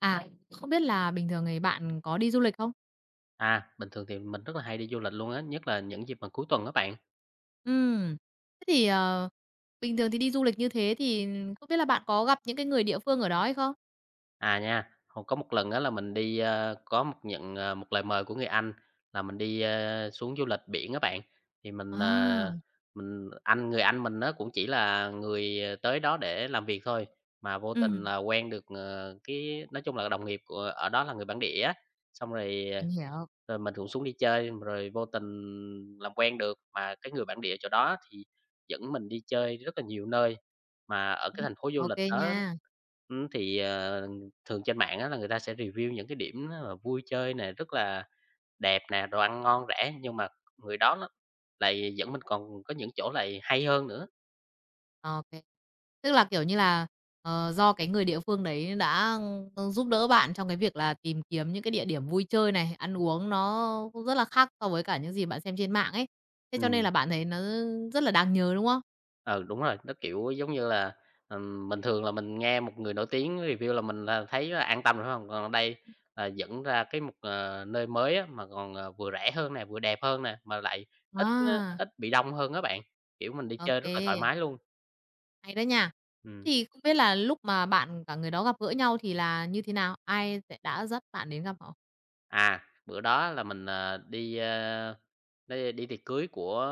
À, không biết là bình thường thì bạn có đi du lịch không? À, bình thường thì mình rất là hay đi du lịch luôn á, nhất là những dịp mà cuối tuần các bạn. Ừm, thế thì, ờ, bình thường thì đi du lịch như thế thì không biết là bạn có gặp những cái người địa phương ở đó hay không? À nha, hồi có một lần á là mình đi, có một nhận, một lời mời của người anh là mình đi, xuống du lịch biển các bạn. Thì mình, À, ờ, mình anh người anh mình nó cũng chỉ là người, tới đó để làm việc thôi, mà vô tình Ừm. là quen được, cái nói chung là đồng nghiệp của ở đó là người bản địa á. Xong rồi ờ, Mình hiểu, Rồi mình cũng xuống đi chơi, rồi vô tình làm quen được, mà cái người bản địa chỗ đó thì dẫn mình đi chơi rất là nhiều nơi. Mà ở cái ừm, thành phố du ô lịch đó, nha, ừm, thì, ờ, thường trên mạng á là người ta sẽ review những cái điểm nó là vui chơi nè, rất là đẹp nè, đồ ăn ngon rẻ, nhưng mà người đó nó lại dẫn mình còn có những chỗ lại hay hơn nữa. ok. Tức là, kiểu như là, do cái người địa phương đấy đã, giúp đỡ bạn trong cái việc là tìm kiếm những cái địa điểm vui chơi này, ăn uống nó cũng rất là khác so với cả những gì bạn xem trên mạng ấy, thế cho nên Ừm. là bạn thấy nó rất là đáng nhớ, đúng không? Ừ, đúng rồi, nó, kiểu, giống như là, bình thường là mình nghe một người nổi tiếng review là mình là thấy là an tâm rồi, phải hông? Còn ở đây là dẫn ra cái một, nơi mới á, mà còn, vừa rẻ hơn nè, vừa đẹp hơn nè, mà lại ít á À, ít bị đông hơn các bạn, kiểu, mình đi chơi rất là thoải ok. mái luôn. Hay đó nha. Ừm, Thì không biết là lúc mà bạn cả người đó gặp gỡ nhau thì là như thế nào? Ai sẽ đã dắt bạn đến gặp họ? à, bữa đó là mình, ờ, đi, ờ, Đây đi tiệc cưới của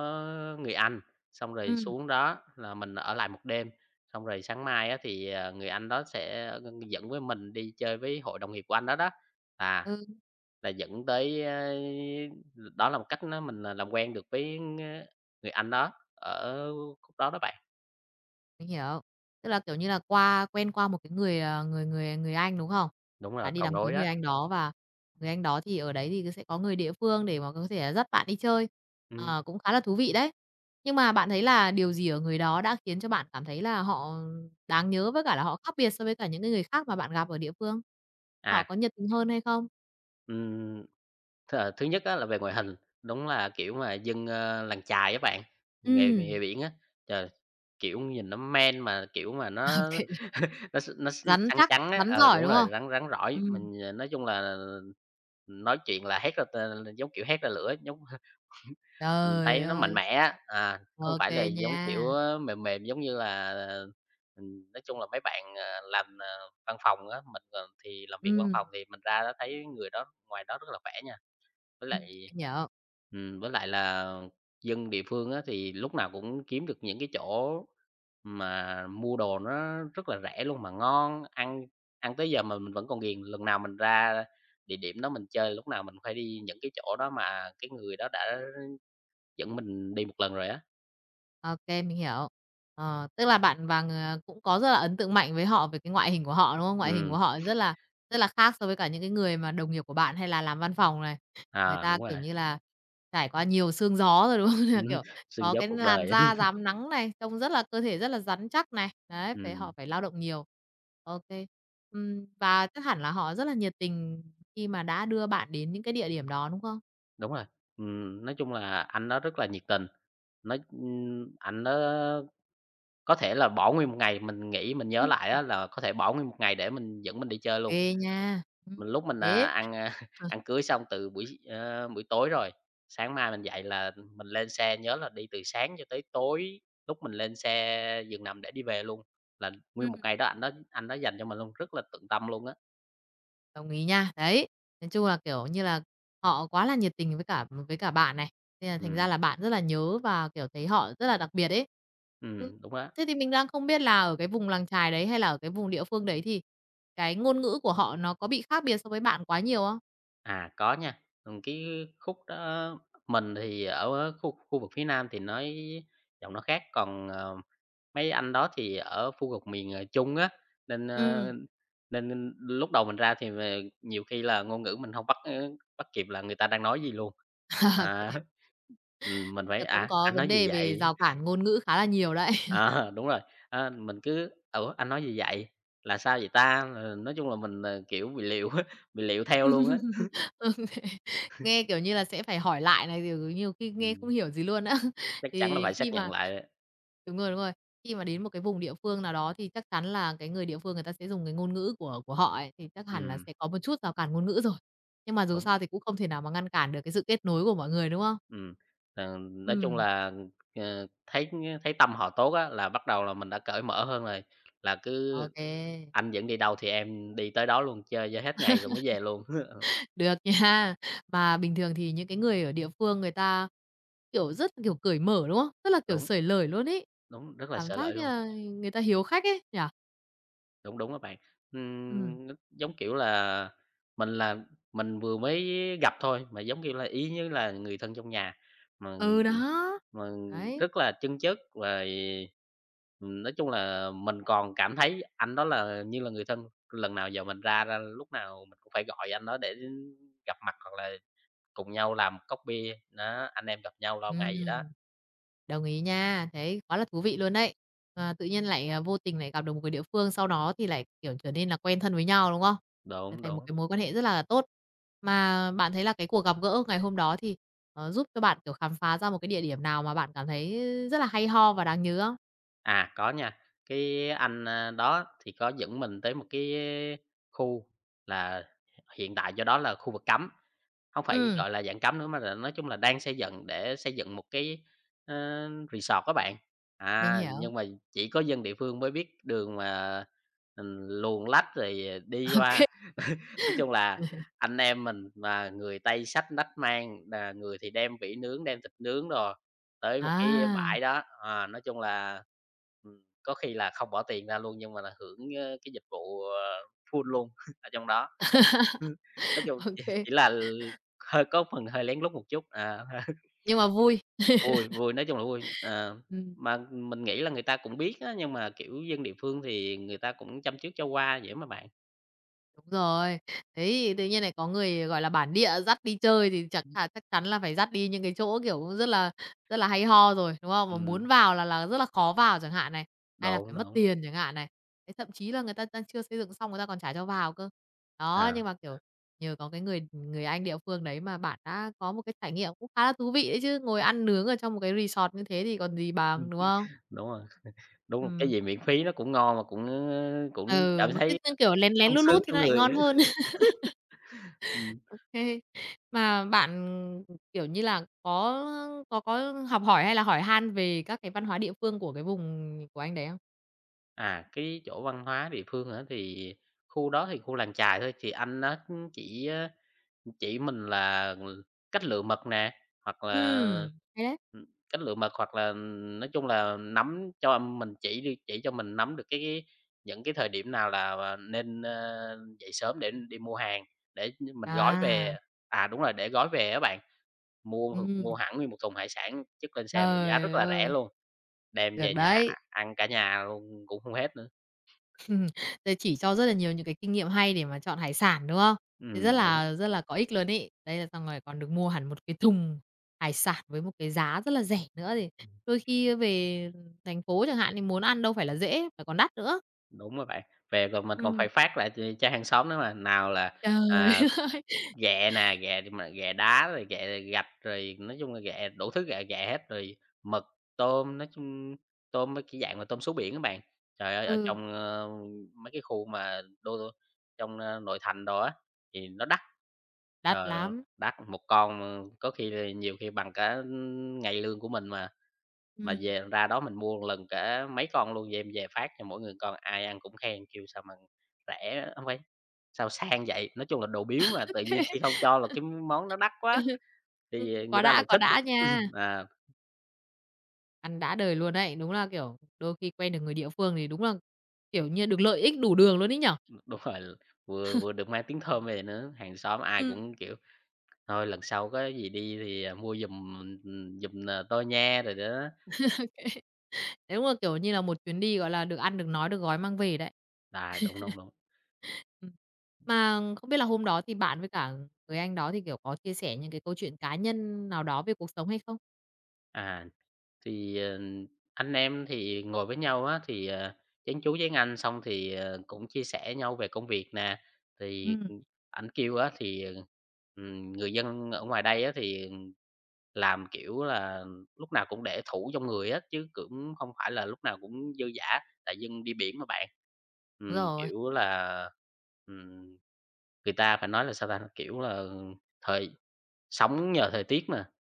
người anh, xong rồi Ừm. xuống đó là mình ở lại một đêm, xong rồi sáng mai á thì, người anh đó sẽ dẫn với mình đi chơi với hội đồng nghiệp của anh đó đó. À, Ừ, là dẫn tới, đó là một cách nó mình là làm quen được với người anh đó ở khúc đó đó bạn. mình hiểu. Tức là, kiểu như là, qua quen qua một cái người, người Anh, đúng không? Đúng rồi, Bạn đi cầu đám nối cưới người đó. Anh đó và người Anh đó thì ở đấy thì sẽ có người địa phương để mà có thể là dắt bạn đi chơi. Ừm, Ờ, cũng khá là thú vị đấy. Nhưng mà bạn thấy là điều gì ở người đó đã khiến cho bạn cảm thấy là họ đáng nhớ với cả là họ khác biệt so với cả những cái người khác mà bạn gặp ở địa phương? Họ à, có nhiệt tình hơn hay không? ừm. Thứ nhất á là về ngoại hình, đúng là, kiểu mà, dân, làng chài á bạn, nghề nghề Ừm. biển á, trời, kiểu, nhìn nó man mà, kiểu mà, nó nó s nó s Rắn săn chắc, trắng á, rắn ờ, giỏi, đúng đúng rồi, không? rắn rắn rỏi, Ừm, mình, nói chung là nói chuyện là hét ra t giống kiểu hét ra lửa, giống mình trời thấy nó ơi, mạnh mẽ á, à, không ok phải là giống kiểu, nha. Mềm mềm giống như là, nói chung là mấy bạn, làm, văn phòng á, mình, thì làm việc văn Ừm, phòng thì mình ra đó thấy người đó ngoài đó rất là khỏe nha. Với ừm, lại mình hiểu. Với lại là dân địa phương á, thì lúc nào cũng kiếm được những cái chỗ mà mua đồ nó rất là rẻ luôn mà ngon, ăn ăn tới giờ mà mình vẫn còn ghiền. Lần nào mình ra địa điểm đó mình chơi, lúc nào mình phải đi những cái chỗ đó mà cái người đó đã dẫn mình đi một lần rồi á. OK, mình hiểu. Ờ, tức là bạn cũng có rất là ấn tượng mạnh với họ về cái ngoại hình của họ, đúng không? Ngoại hình của Ừm, họ rất là khác so với cả những cái người mà đồng nghiệp của bạn hay là làm văn phòng này. Người à, đúng ta, rồi, kiểu như là, trải qua nhiều sương gió rồi, đúng không? Là, ừm, kiểu, xương có dấu cái cuộc làn đời á. da rám nắng này, trông rất là cơ thể rất là rắn chắc này. Đấy, Ừm, họ phải lao động nhiều. OK. Và chắc hẳn là họ rất là nhiệt tình khi mà đã đưa bạn đến những cái địa điểm đó, đúng không? đúng rồi. Nói chung là anh nó rất là nhiệt tình, nói anh ảnh đó Có thể là bỏ nguyên một ngày, mình nghĩ mình nhớ Ừ, lại á là có thể bỏ nguyên một ngày để mình dẫn mình đi chơi luôn. Kê nha. Mình lúc mình, à, Thế ăn, a, ăn cưới xong từ buổi tối rồi, sáng mai mình dậy là mình lên xe, nhớ là đi từ sáng cho tới tối, lúc mình lên xe giường nằm để đi về luôn, là ờ. nguyên một ngày đó anh đó dành cho mình luôn, rất là tận tâm luôn á. Đồng ý nha. Đấy, nói chung là, kiểu như là, họ quá là nhiệt tình với cả bạn này, nên là thành ra Ừm, là bạn rất là nhớ và, kiểu, thấy họ rất là đặc biệt ấy. Ừm, đúng đó. thế thì mình đang không biết là ở cái vùng làng chài đấy hay là ở cái vùng địa phương đấy thì cái ngôn ngữ của họ nó có bị khác biệt so với bạn quá nhiều không? À, có nha, cái khúc đó mình thì ở khu khu vực phía Nam thì nói giọng nó khác, còn, ờ mấy anh đó thì ở khu vực miền, Trung á, nên, Ừm, nên lúc đầu mình ra thì về nhiều khi là ngôn ngữ mình không bắt, ơ, bắt kịp là người ta đang nói gì luôn. À, mình phải là cũng "À, có anh nói vấn gì đề về vậy?" rào cản ngôn ngữ khá là nhiều đấy. Ờ, đúng rồi, ờ, mình cứ "Ủa, anh nói gì vậy? Là sao vậy ta?" Ờ, nói chung là mình, kiểu, bị liệu bị liệu theo luôn á. Ừ, thế nghe, kiểu như là, sẽ phải hỏi lại này, rồi nhiều khi nghe không Ừm, hiểu gì luôn á. chắc chắn là Thì phải khi xác nhận mà lại, Đúng rồi, đúng rồi. Khi mà đến một cái vùng địa phương nào đó thì chắc chắn là cái người địa phương người ta sẽ dùng cái ngôn ngữ của họ ấy, thì chắc hẳn là ừm, sẽ có một chút rào cản ngôn ngữ rồi. Nhưng mà dù đúng. sao thì cũng không thể nào mà ngăn cản được cái sự kết nối của mọi người, đúng không? Ừm, ờ, nói chung Ừm. là, ờ, thấy thấy tâm họ tốt á, là bắt đầu là mình đã cởi mở hơn rồi, là cứ Ok anh dẫn đi đâu thì em đi tới đó luôn, chơi cho hết ngày rồi mới về luôn. được nha. Mà bình thường thì những cái người ở địa phương người ta, kiểu, rất, kiểu, cởi mở, đúng không? Rất là, kiểu, Đúng, xởi lởi luôn ấy. đúng, rất là Cảm sợ lỗi giác như luôn. là người ta hiếu khách ấy, nhỉ? Đúng, đúng á bạn. Ừm, Nó giống kiểu là mình là mình vừa mới gặp thôi, mà giống như là ý như là người thân trong nhà, mà, ừ, đó. mà Đấy, rất là chân chất và, nói chung là mình còn cảm thấy anh đó là như là người thân. Lần nào giờ mình ra ra lúc nào mình cũng phải gọi anh đó để gặp mặt hoặc là cùng nhau làm một cốc bia, đó, anh em gặp nhau lâu ngày vậy đó. ừm. Đồng ý nha, thế quá là thú vị luôn đấy. Ờ, tự nhiên lại, à, vô tình lại gặp được một cái địa phương, sau đó thì lại, kiểu, trở nên là quen thân với nhau, đúng không? Trở Đúng, thành một đúng. cái mối quan hệ rất là tốt. Mà bạn thấy là cái cuộc gặp gỡ ngày hôm đó thì, ờ, giúp cho bạn, kiểu, khám phá ra một cái địa điểm nào mà bạn cảm thấy rất là hay ho và đáng nhớ không? À, có nha. Cái anh, đó thì có dẫn mình tới một cái khu là hiện tại do đó là khu vực cấm không phải, Ừm, gọi là, dạng cấm nữa mà là nói chung là đang xây dựng để xây dựng một cái, resort các bạn. mình À, hiểu. nhưng mà chỉ có dân địa phương mới biết đường mà, luồn lách rồi đi Ô kê. qua. Nói chung là anh em mình mà người Tây xách nách mang, là người thì đem vỉ nướng, đem thịt nướng rồi tới một cái À, bãi đó. Ờ, nói chung là, có khi là không bỏ tiền ra luôn nhưng mà là hưởng, cái dịch vụ, full luôn ở trong đó. Nói chung chỉ OK, chỉ là hơi có phần hơi lén lút một chút, à, nhưng mà vui. vui, vui, nói chung là vui. Ờ, Ừm. mà mình nghĩ là người ta cũng biết á, nhưng mà, kiểu, dân địa phương thì người ta cũng chăm chước cho qua vậy mà bạn. Đúng rồi. Thế thì tự nhiên lại có người, gọi là, bản địa dắt đi chơi thì chắc chắn là phải dắt đi những cái chỗ, kiểu, rất là hay ho rồi, đúng không? Mà Ừm, muốn vào là rất là khó vào chẳng hạn này, hay là đúng, phải mất đúng, tiền chẳng hạn này. Thế thậm chí là người ta đang chưa xây dựng xong người ta còn trả cho vào cơ. Đó, à, nhưng mà, kiểu, nhờ có cái người người anh địa phương đấy mà bạn đã có một cái trải nghiệm cũng khá là thú vị đấy chứ, ngồi ăn nướng ở trong một cái resort như thế thì còn gì bằng, đúng không? đúng rồi, đúng rồi, cái Ừm. gì miễn phí nó cũng ngon mà cũng, cũng Ừ, cảm mà cứ, thấy kiểu, lén lén sung lút sướng lút thì cho nó lại người ngon á. hơn. Ừm, Ô kê. Mà bạn, kiểu như là, có học hỏi hay là hỏi han về các cái văn hóa địa phương của cái vùng của anh đấy không? à, cái chỗ văn hóa địa phương hả? Thì khu đó thì khu làng chài thôi, thì anh nó chỉ ờ, Chỉ mình là ừ, cách lựa mật nè, hoặc là, Ừm. Hay đấy. Cách lựa mật hoặc là, nói chung là nắm cho mình chỉ đi chỉ cho mình nắm được cái những cái thời điểm nào là, à, nên, dậy sớm để đi mua hàng, để mình gói À, về. À, đúng rồi, để gói về á bạn, mua mua ừm, hẳn nguyên một thùng hải sản chất lên xe mà giá rất trời là rẻ ơi, luôn, đem được về nhà đấy. ăn cả nhà luôn cũng không hết nữa. Giờ chỉ cho rất là nhiều những cái kinh nghiệm hay để mà chọn hải sản, đúng không? Thế rất Đúng, là rất là có ích luôn ấy. Đấy, là xong rồi còn được mua hẳn một cái thùng hải sản với một cái giá rất là rẻ nữa thì đôi khi về thành phố chẳng hạn thì muốn ăn đâu phải là dễ, phải còn đắt nữa. đúng rồi bạn, về rồi mình còn phải Ừm, phát lại ch cho hàng xóm nữa mà, nào là, trời à ơi! ghẹ nè, ghẹ thì mà ghẹ đá rồi ghẹ gạch, rồi nói chung là ghẹ đủ thứ ghẹ ghẹ hết, rồi mực, tôm, nói chung tôm mấy cái dạng mà tôm sú biển các bạn. Trời ơi, ở Ừ, trong, mấy cái khu mà trong, nội thành đó á, thì nó đắt. đắt Trời ơi, lắm. đắt, một con, có khi là nhiều khi bằng cả ngày lương của mình mà Ừm. về ra đó mình mua một lần cả mấy con luôn, về em về phát cho mỗi người một con, ai ăn cũng khen kêu sao mà rẻ không phải sao sang vậy? Nói chung là đồ biếu mà, tự nhiên khi không cho là cái món nó đắt quá, thì người ta lại quá thích. đã nha. À, Ăn đã đời luôn đấy. Đúng là, kiểu, đôi khi quen được người địa phương thì đúng là, kiểu như, được lợi ích đủ đường luôn ấy nhở? đúng rồi, vừa vừa được mang tiếng thơm về nữa, hàng xóm ai Ừm. cũng, kiểu, "Thôi lần sau có gì đi thì, à, mua giùm, ừ, giùm, ờ, tôi nha" rồi đó. Đúng là, kiểu như là, một chuyến đi, gọi là, được ăn, được nói, được gói mang về đấy. Đấy, đúng, Ừm. đúng, đúng. Mà không biết là hôm đó thì bạn với cả người anh đó thì, kiểu, có chia sẻ những cái câu chuyện cá nhân nào đó về cuộc sống hay không? À. Thì, ờ, anh em thì ngồi với nhau á, thì, ờ, chén chú với anh xong thì, ờ, cũng chia sẻ nhau về công việc nè. Thì, Ừm, ừ, ảnh kêu á thì, ờ, người dân ở ngoài đây á thì làm, kiểu là, lúc nào cũng để thủ trong người á, chứ cũng không phải là lúc nào cũng dư dả, tại dân đi biển mà bạn. đúng rồi. Kiểu là, ừm, người ta phải nói là sao ta? Kiểu là, thời sống nhờ thời tiết mà.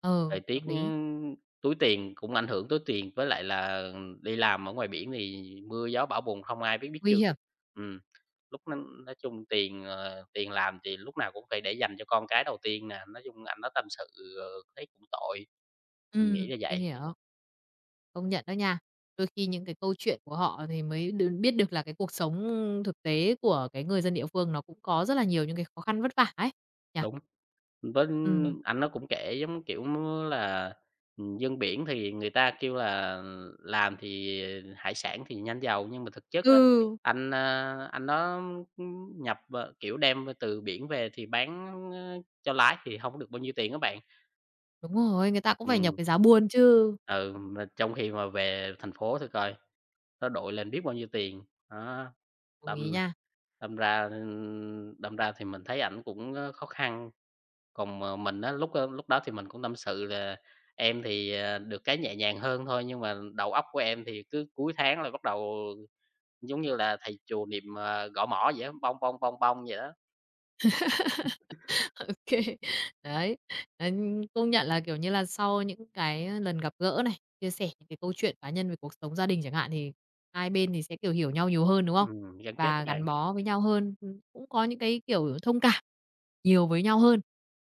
Ừ, Thời tiết, hợp lý. ưm, túi tiền cũng ảnh hưởng túi tiền, với lại là ừ, đi làm ở ngoài biển thì mưa gió bão bùng không ai biết biết Nguy trước. hiểm. Ừm, lúc nó nói chung tiền, tiền làm thì lúc nào cũng phải để dành cho con cái đầu tiên nè, nói chung anh đó tâm sự, ờ, thấy cũng tội, mình nghĩ là Mình vậy. hiểu. Công nhận đó nha. Đôi khi những cái câu chuyện của họ thì mới đ biết được là cái cuộc sống thực tế của cái người dân địa phương nó cũng có rất là nhiều những cái khó khăn vất vả ấy, nhỉ? Đúng. Vâng, Ừm. anh nó cũng kể giống, kiểu, là, dân biển thì người ta kêu là làm thì hải sản thì nhanh giàu, nhưng mà thực chất á, Ừ, anh đó, nhập, kiểu, đem từ biển về thì bán, cho lái thì không được bao nhiêu tiền các bạn. đúng rồi, người ta cũng phải nhập Ừm. cái giá buôn chứ. Ừ, mà trong khi mà về thành phố thì coi, nó đội lên biết bao nhiêu tiền, đó, Đồng ý đâm nha. đâm ra, ừ, đâm ra thì mình thấy ảnh cũng, khó khăn. Còn, mình á, lúc đó thì mình cũng tâm sự là em thì, được cái nhẹ nhàng hơn thôi, nhưng mà đầu óc của em thì cứ cuối tháng là bắt đầu, giống như là, thầy chùa niệm, gõ mõ vậy á, "Bong, bong, bong, bong" vậy đó. Ok. Đấy, ờ, công nhận là, kiểu như là, sau những cái lần gặp gỡ này, chia sẻ những cái câu chuyện cá nhân về cuộc sống gia đình chẳng hạn, thì hai bên thì sẽ, kiểu, hiểu nhau nhiều hơn, đúng không? Gắn kết các Và bạn. gắn bó với nhau hơn, cũng có những cái, kiểu, thông cảm nhiều với nhau hơn.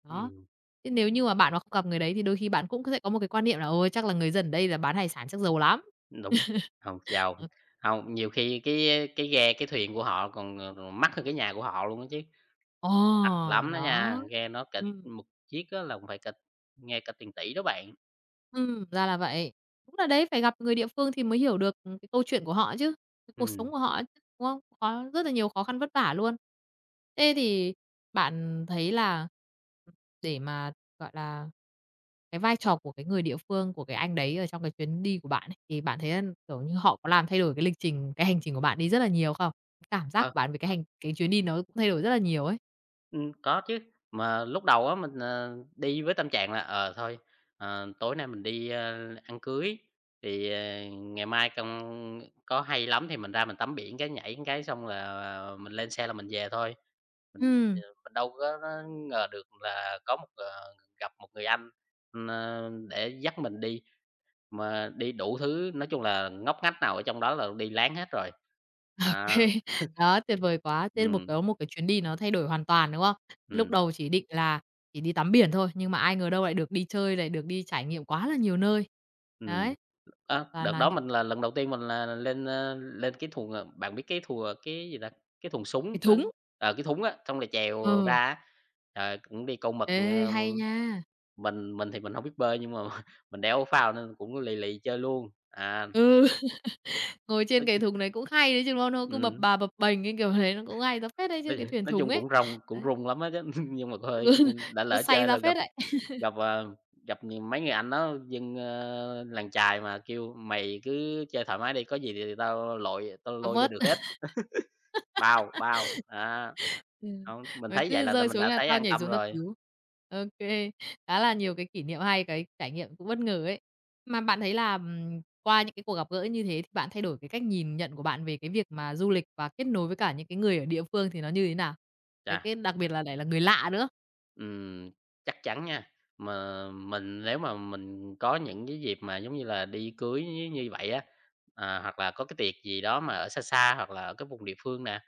Đó, Ừm, thế nếu như mà bạn mà không gặp người đấy thì đôi khi bạn cũng sẽ có một cái quan niệm là "Ôi, chắc là người dân ở đây là bán hải sản chắc giàu lắm." đúng, hông, giàu, Ờ, hông, nhiều khi cái ghe, cái thuyền của họ còn, mắc hơn cái nhà của họ luôn á chứ, ồ, đắt À. lắm đó Đó. nha, ghe nó cả Ừm. một chiếc á là cũng phải cả nghe cả tiền tỷ đó bạn. Ra là vậy. Đúng là đấy, phải gặp người địa phương thì mới hiểu được, cái câu chuyện của họ chứ, cái cuộc Ừ, sống của họ ấy chứ, đúng không? Có rất là nhiều khó khăn vất vả luôn. Thế thì bạn thấy là để mà, gọi là, cái vai trò của cái người địa phương, của cái anh đấy ở trong cái chuyến đi của bạn ấy, thì bạn thấy là, kiểu như, họ có làm thay đổi cái lịch trình cái hành trình của bạn đi rất là nhiều không? Cảm giác ờ. của bạn về cái chuyến đi nó cũng thay đổi rất là nhiều ấy. Có chứ, mà lúc đầu á mình, đi với tâm trạng là, thôi, tối nay mình đi, ăn cưới, thì, ngày mai công có hay lắm thì mình ra mình tắm biển cái, nhảy cái xong là mình lên xe là mình về thôi. Mình, Ừm. mình đâu có ngờ được là có một, gặp một người anh, để dắt mình đi, mà đi đủ thứ, nói chung là ngóc ngách nào ở trong đó là đi láng hết rồi. Đó, Đó, tuyệt vời quá! Thế một ừ, cái một cái chuyến đi nó thay đổi hoàn toàn, đúng không? Lúc ừ, đầu chỉ định là chỉ đi tắm biển thôi, nhưng mà ai ngờ đâu lại được đi chơi, lại được đi trải nghiệm quá là nhiều nơi. ừm. Đấy, Ờ, toàn đợt là đó những mình là lần đầu tiên mình là lên, lên cái thùng, bạn biết cái gì ta, cái thùng cái súng á, thúng. Cái thúng á, xong rồi trèo ra Ừ, á. Trời, cũng đi câu mực, ê, hay nha! mình thì mình hông biết bơi nhưng mà mình đeo áo phao nên cũng lì lì chơi luôn. À, Ừ, ngồi nói trên cái ch thúng đấy cũng hay đấy chứ, đúng không? Nó cứ bập ừm, bà bập bềnh cái kiểu đấy, nó cũng hay ra phết đấy chứ, cái thuyền nói thúng chung ấy. cũng rong cũng Đấy, rung lắm á chứ, nhưng mà thôi, đã cũng lỡ say chơi ra rồi gặp phết đấy. gặp, gặp nhiều mấy người anh đó dân, làng chài mà kêu "Mày cứ chơi thoải mái đi, có gì thì tao lội tao Cá lôi vô vớt. được hết." Bao, bao, đó, Ừm, hông, mình nó thấy vậy cứ là rơi mình xuống đã là thấy tao an nhảy tâm xuống tao rồi. cứu. OK, khá là nhiều cái kỷ niệm hay, cái trải nghiệm cũng bất ngờ ấy. Mà bạn thấy là, qua những cái cuộc gặp gỡ như thế thì bạn thay đổi cái cách nhìn nhận của bạn về cái việc mà du lịch và kết nối với cả những cái người ở địa phương thì nó như thế nào? Chà, Cái đặc biệt là lại là người lạ nữa. ừm, chắc chắn nha, mà mình nếu mà mình có những cái dịp mà, giống như là, đi cưới như như vậy á, hoặc là có cái tiệc gì đó mà ở xa xa hoặc là ở cái vùng địa phương nè,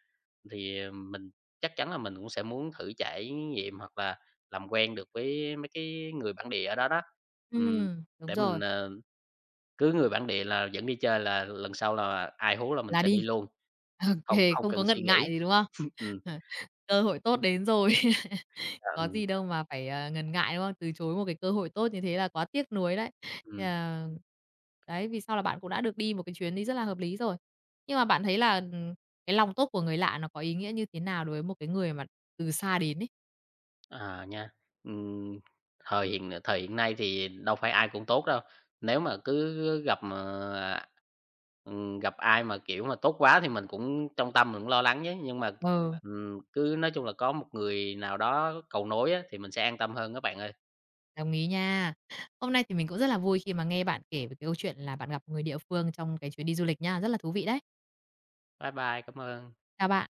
thì, mình chắc chắn là mình cũng sẽ muốn thử trải nghiệm hoặc là làm quen được với mấy cái người bản địa ở đó đó. Ừm, Đúng để rồi, mình, cứ người bản địa là dẫn đi chơi là lần sau là ai hú là mình là sẽ đi. đi luôn, OK, không không không có cần suy ngần nghĩ. ngại gì, đúng không? Ừm. Cơ hội tốt đến rồi. Có Ừm, gì đâu mà phải, à, ngần ngại, đúng không? Từ chối một cái cơ hội tốt như thế là quá tiếc nuối đấy. Thì ừm, là đấy, vì sao là bạn cũng đã được đi một cái chuyến đi rất là hợp lý rồi. Nhưng mà bạn thấy là, cái lòng tốt của người lạ nó có ý nghĩa như thế nào đối với một cái người mà từ xa đến ấy? à, nha. Ừm, thời hiện nay thì đâu phải ai cũng tốt đâu. Nếu mà cứ gặp mà, gặp ai mà, kiểu, mà tốt quá thì mình cũng trong tâm mình cũng lo lắng chứ, nhưng mà, Ờ, cứ nói chung là có một người nào đó cầu nối á, thì mình sẽ an tâm hơn các bạn ơi. đồng ý nha. Hôm nay thì mình cũng rất là vui khi mà nghe bạn kể về cái câu chuyện là bạn gặp người địa phương trong cái chuyến đi du lịch nha, rất là thú vị đấy. Bye bye, cảm ơn. Chào bạn.